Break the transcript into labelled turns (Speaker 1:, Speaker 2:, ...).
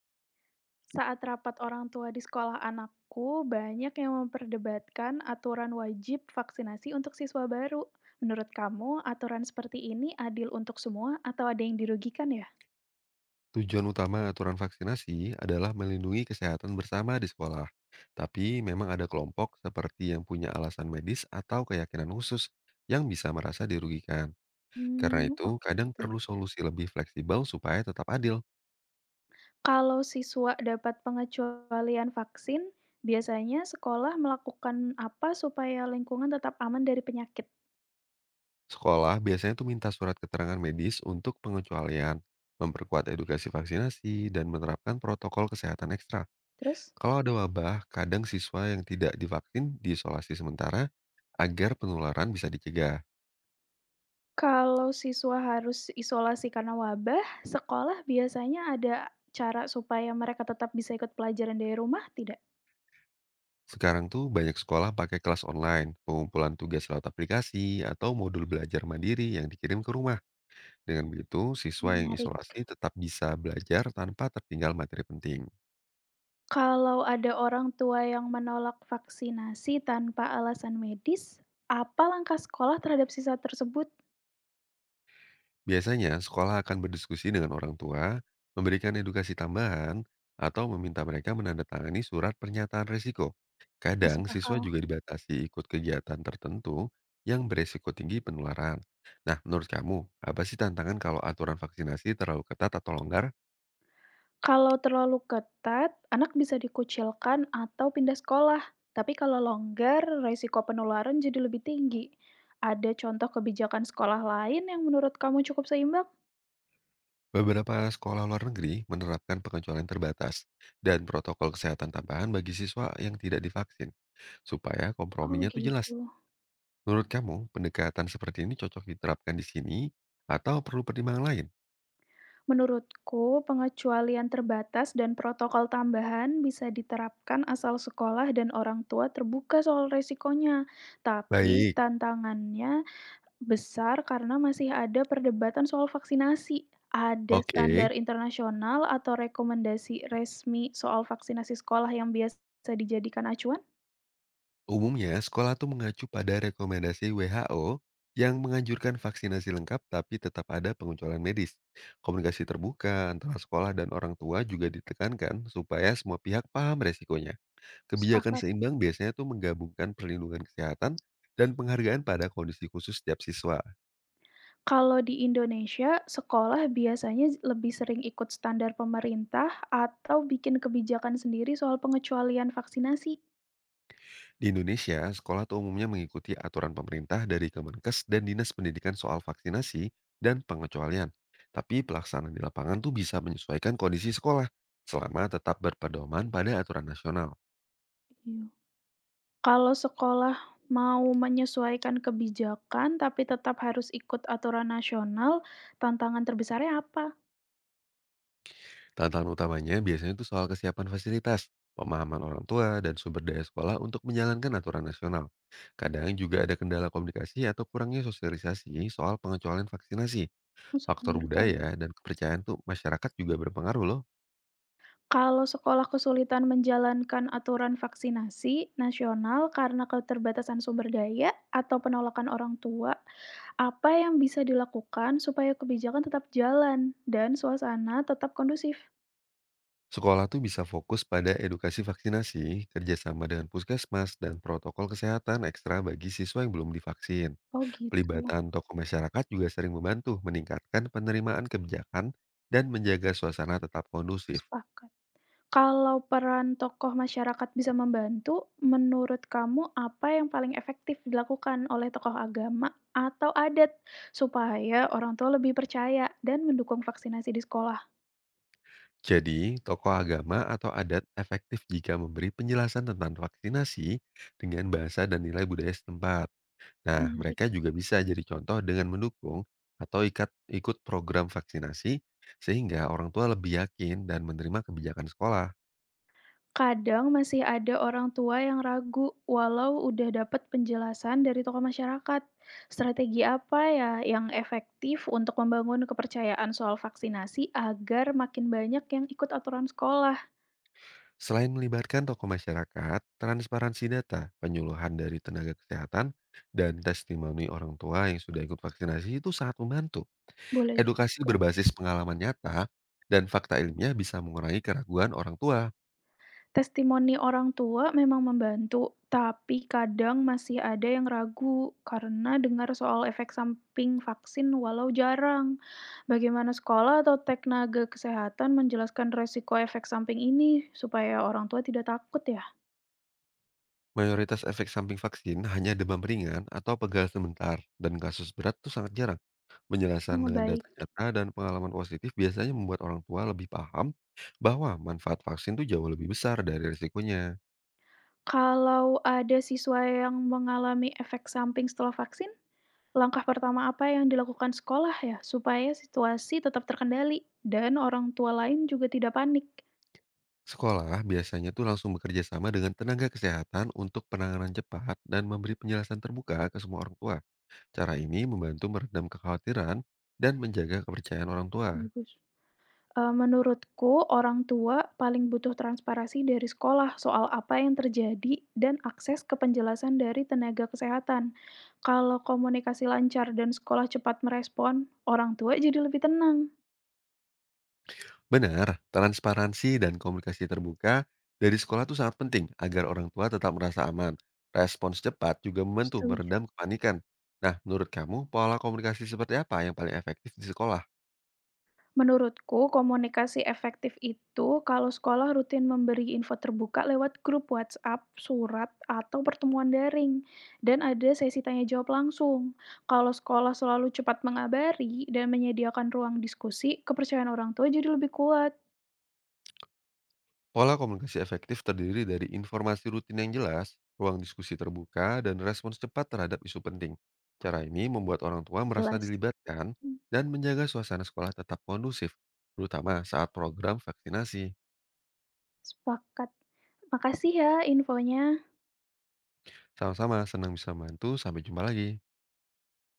Speaker 1: Saat rapat orang tua di sekolah anakku, banyak yang memperdebatkan aturan wajib vaksinasi untuk siswa baru. Menurut kamu, aturan seperti ini adil untuk semua atau ada yang dirugikan ya?
Speaker 2: Tujuan utama aturan vaksinasi adalah melindungi kesehatan bersama di sekolah. Tapi memang ada kelompok seperti yang punya alasan medis atau keyakinan khusus yang bisa merasa dirugikan. Karena
Speaker 1: Hmm,
Speaker 2: itu,
Speaker 1: oke
Speaker 2: kadang
Speaker 1: itu.
Speaker 2: perlu solusi lebih fleksibel supaya tetap adil.
Speaker 1: Kalau siswa dapat pengecualian vaksin, biasanya sekolah melakukan apa supaya lingkungan tetap aman dari penyakit?
Speaker 2: Sekolah biasanya tuh minta surat keterangan medis untuk pengecualian, memperkuat edukasi vaksinasi, dan menerapkan protokol kesehatan ekstra.
Speaker 1: Terus?
Speaker 2: Kalau ada wabah, kadang siswa yang tidak divaksin diisolasi sementara agar penularan bisa dicegah.
Speaker 1: Kalau siswa harus isolasi karena wabah, sekolah biasanya ada cara supaya mereka tetap bisa ikut pelajaran dari rumah tidak?
Speaker 2: Sekarang tuh banyak sekolah pakai kelas online, pengumpulan tugas lewat aplikasi, atau modul belajar mandiri yang dikirim ke rumah. Dengan begitu, siswa yang
Speaker 1: Menarik.
Speaker 2: isolasi tetap bisa belajar tanpa tertinggal materi penting.
Speaker 1: Kalau ada orang tua yang menolak vaksinasi tanpa alasan medis, apa langkah sekolah terhadap siswa tersebut?
Speaker 2: Biasanya, sekolah akan berdiskusi dengan orang tua, memberikan edukasi tambahan, atau meminta mereka menandatangani surat pernyataan risiko. Kadang,
Speaker 1: Masuk
Speaker 2: siswa
Speaker 1: akal.
Speaker 2: juga dibatasi ikut kegiatan tertentu yang beresiko tinggi penularan. Nah, menurut kamu, apa sih tantangan kalau aturan vaksinasi terlalu ketat atau longgar?
Speaker 1: Kalau terlalu ketat, anak bisa dikucilkan atau pindah sekolah. Tapi kalau longgar, risiko penularan jadi lebih tinggi. Ada contoh kebijakan sekolah lain yang menurut kamu cukup seimbang?
Speaker 2: Beberapa sekolah luar negeri menerapkan pengecualian terbatas dan protokol kesehatan tambahan bagi siswa yang tidak divaksin, supaya
Speaker 1: Oh
Speaker 2: komprominya tuh jelas.
Speaker 1: gitu.
Speaker 2: Menurut kamu, pendekatan seperti ini cocok diterapkan di sini atau perlu pertimbangan lain?
Speaker 1: Menurutku, pengecualian terbatas dan protokol tambahan bisa diterapkan asal sekolah dan orang tua terbuka soal resikonya. Tapi
Speaker 2: Baik,
Speaker 1: tantangannya besar karena masih ada perdebatan soal vaksinasi. Ada
Speaker 2: oke.
Speaker 1: standar internasional atau rekomendasi resmi soal vaksinasi sekolah yang biasa dijadikan acuan?
Speaker 2: Umumnya, sekolah tuh mengacu pada rekomendasi WHO yang menganjurkan vaksinasi lengkap tapi tetap ada pengecualian medis. Komunikasi terbuka antara sekolah dan orang tua juga ditekankan supaya semua pihak paham resikonya. Kebijakan
Speaker 1: Sepakat.
Speaker 2: seimbang biasanya tuh menggabungkan perlindungan kesehatan dan penghargaan pada kondisi khusus setiap siswa.
Speaker 1: Kalau di Indonesia, sekolah biasanya lebih sering ikut standar pemerintah atau bikin kebijakan sendiri soal pengecualian vaksinasi.
Speaker 2: Di Indonesia, sekolah tuh umumnya mengikuti aturan pemerintah dari Kemenkes dan Dinas Pendidikan soal vaksinasi dan pengecualian. Tapi pelaksanaan di lapangan tuh bisa menyesuaikan kondisi sekolah selama tetap berpedoman pada aturan nasional.
Speaker 1: Iya. Kalau sekolah mau menyesuaikan kebijakan tapi tetap harus ikut aturan nasional, tantangan terbesarnya apa?
Speaker 2: Tantangan utamanya biasanya itu soal kesiapan fasilitas, pemahaman orang tua, dan sumber daya sekolah untuk menjalankan aturan nasional. Kadang juga ada kendala komunikasi atau kurangnya sosialisasi soal pengecualian vaksinasi.
Speaker 1: Mas
Speaker 2: Faktor
Speaker 1: menurut kamu?
Speaker 2: budaya dan kepercayaan tuh masyarakat juga berpengaruh loh.
Speaker 1: Kalau sekolah kesulitan menjalankan aturan vaksinasi nasional karena keterbatasan sumber daya atau penolakan orang tua? Apa yang bisa dilakukan supaya kebijakan tetap jalan dan suasana tetap kondusif?
Speaker 2: Sekolah tuh bisa fokus pada edukasi vaksinasi, kerjasama dengan puskesmas, dan protokol kesehatan ekstra bagi siswa yang belum divaksin.
Speaker 1: Oh gitu,
Speaker 2: Pelibatan tokoh masyarakat juga sering membantu meningkatkan penerimaan kebijakan dan menjaga suasana tetap kondusif.
Speaker 1: sepakat. Kalau peran tokoh masyarakat bisa membantu, menurut kamu apa yang paling efektif dilakukan oleh tokoh agama atau adat supaya orang tua lebih percaya dan mendukung vaksinasi di sekolah?
Speaker 2: Jadi, tokoh agama atau adat efektif jika memberi penjelasan tentang vaksinasi dengan bahasa dan nilai budaya setempat. Nah,
Speaker 1: Menarik.
Speaker 2: mereka juga bisa jadi contoh dengan mendukung atau ikut program vaksinasi sehingga orang tua lebih yakin dan menerima kebijakan sekolah.
Speaker 1: Kadang masih ada orang tua yang ragu walau udah dapat penjelasan dari tokoh masyarakat. Strategi apa ya yang efektif untuk membangun kepercayaan soal vaksinasi agar makin banyak yang ikut aturan sekolah?
Speaker 2: Selain melibatkan tokoh masyarakat, transparansi data, penyuluhan dari tenaga kesehatan, dan testimoni orang tua yang sudah ikut vaksinasi itu sangat membantu.
Speaker 1: Boleh
Speaker 2: Edukasi
Speaker 1: juga.
Speaker 2: berbasis pengalaman nyata dan fakta ilmiah bisa mengurangi keraguan orang tua.
Speaker 1: Testimoni orang tua memang membantu, tapi kadang masih ada yang ragu karena dengar soal efek samping vaksin walau jarang. Bagaimana sekolah atau teknaga kesehatan menjelaskan resiko efek samping ini supaya orang tua tidak takut ya?
Speaker 2: Mayoritas efek samping vaksin hanya demam ringan atau pegal sebentar, dan kasus berat itu sangat jarang. Penjelasan
Speaker 1: Oh,
Speaker 2: dengan data
Speaker 1: baik.
Speaker 2: nyata dan pengalaman positif biasanya membuat orang tua lebih paham bahwa manfaat vaksin itu jauh lebih besar dari risikonya.
Speaker 1: Kalau ada siswa yang mengalami efek samping setelah vaksin, langkah pertama apa yang dilakukan sekolah ya supaya situasi tetap terkendali dan orang tua lain juga tidak panik?
Speaker 2: Sekolah biasanya tuh langsung bekerja sama dengan tenaga kesehatan untuk penanganan cepat dan memberi penjelasan terbuka ke semua orang tua. Cara ini membantu meredam kekhawatiran dan menjaga kepercayaan orang tua.
Speaker 1: Bagus. Menurutku orang tua paling butuh transparansi dari sekolah soal apa yang terjadi dan akses ke penjelasan dari tenaga kesehatan. Kalau komunikasi lancar dan sekolah cepat merespon, orang tua jadi lebih tenang.
Speaker 2: Benar, transparansi dan komunikasi terbuka dari sekolah itu sangat penting agar orang tua tetap merasa aman. Respons cepat juga membantu
Speaker 1: Setuju.
Speaker 2: meredam kepanikan. Nah, menurut kamu pola komunikasi seperti apa yang paling efektif di sekolah?
Speaker 1: Menurutku, komunikasi efektif itu kalau sekolah rutin memberi info terbuka lewat grup WhatsApp, surat, atau pertemuan daring, dan ada sesi tanya jawab langsung. Kalau sekolah selalu cepat mengabari dan menyediakan ruang diskusi, kepercayaan orang tua jadi lebih kuat.
Speaker 2: Pola komunikasi efektif terdiri dari informasi rutin yang jelas, ruang diskusi terbuka, dan respons cepat terhadap isu penting. Cara ini membuat orang tua merasa
Speaker 1: Jelas.
Speaker 2: dilibatkan
Speaker 1: Hmm,
Speaker 2: dan menjaga suasana sekolah tetap kondusif, terutama saat program vaksinasi.
Speaker 1: sepakat. Makasih ya infonya.
Speaker 2: Sama-sama, senang bisa membantu. Sampai jumpa lagi.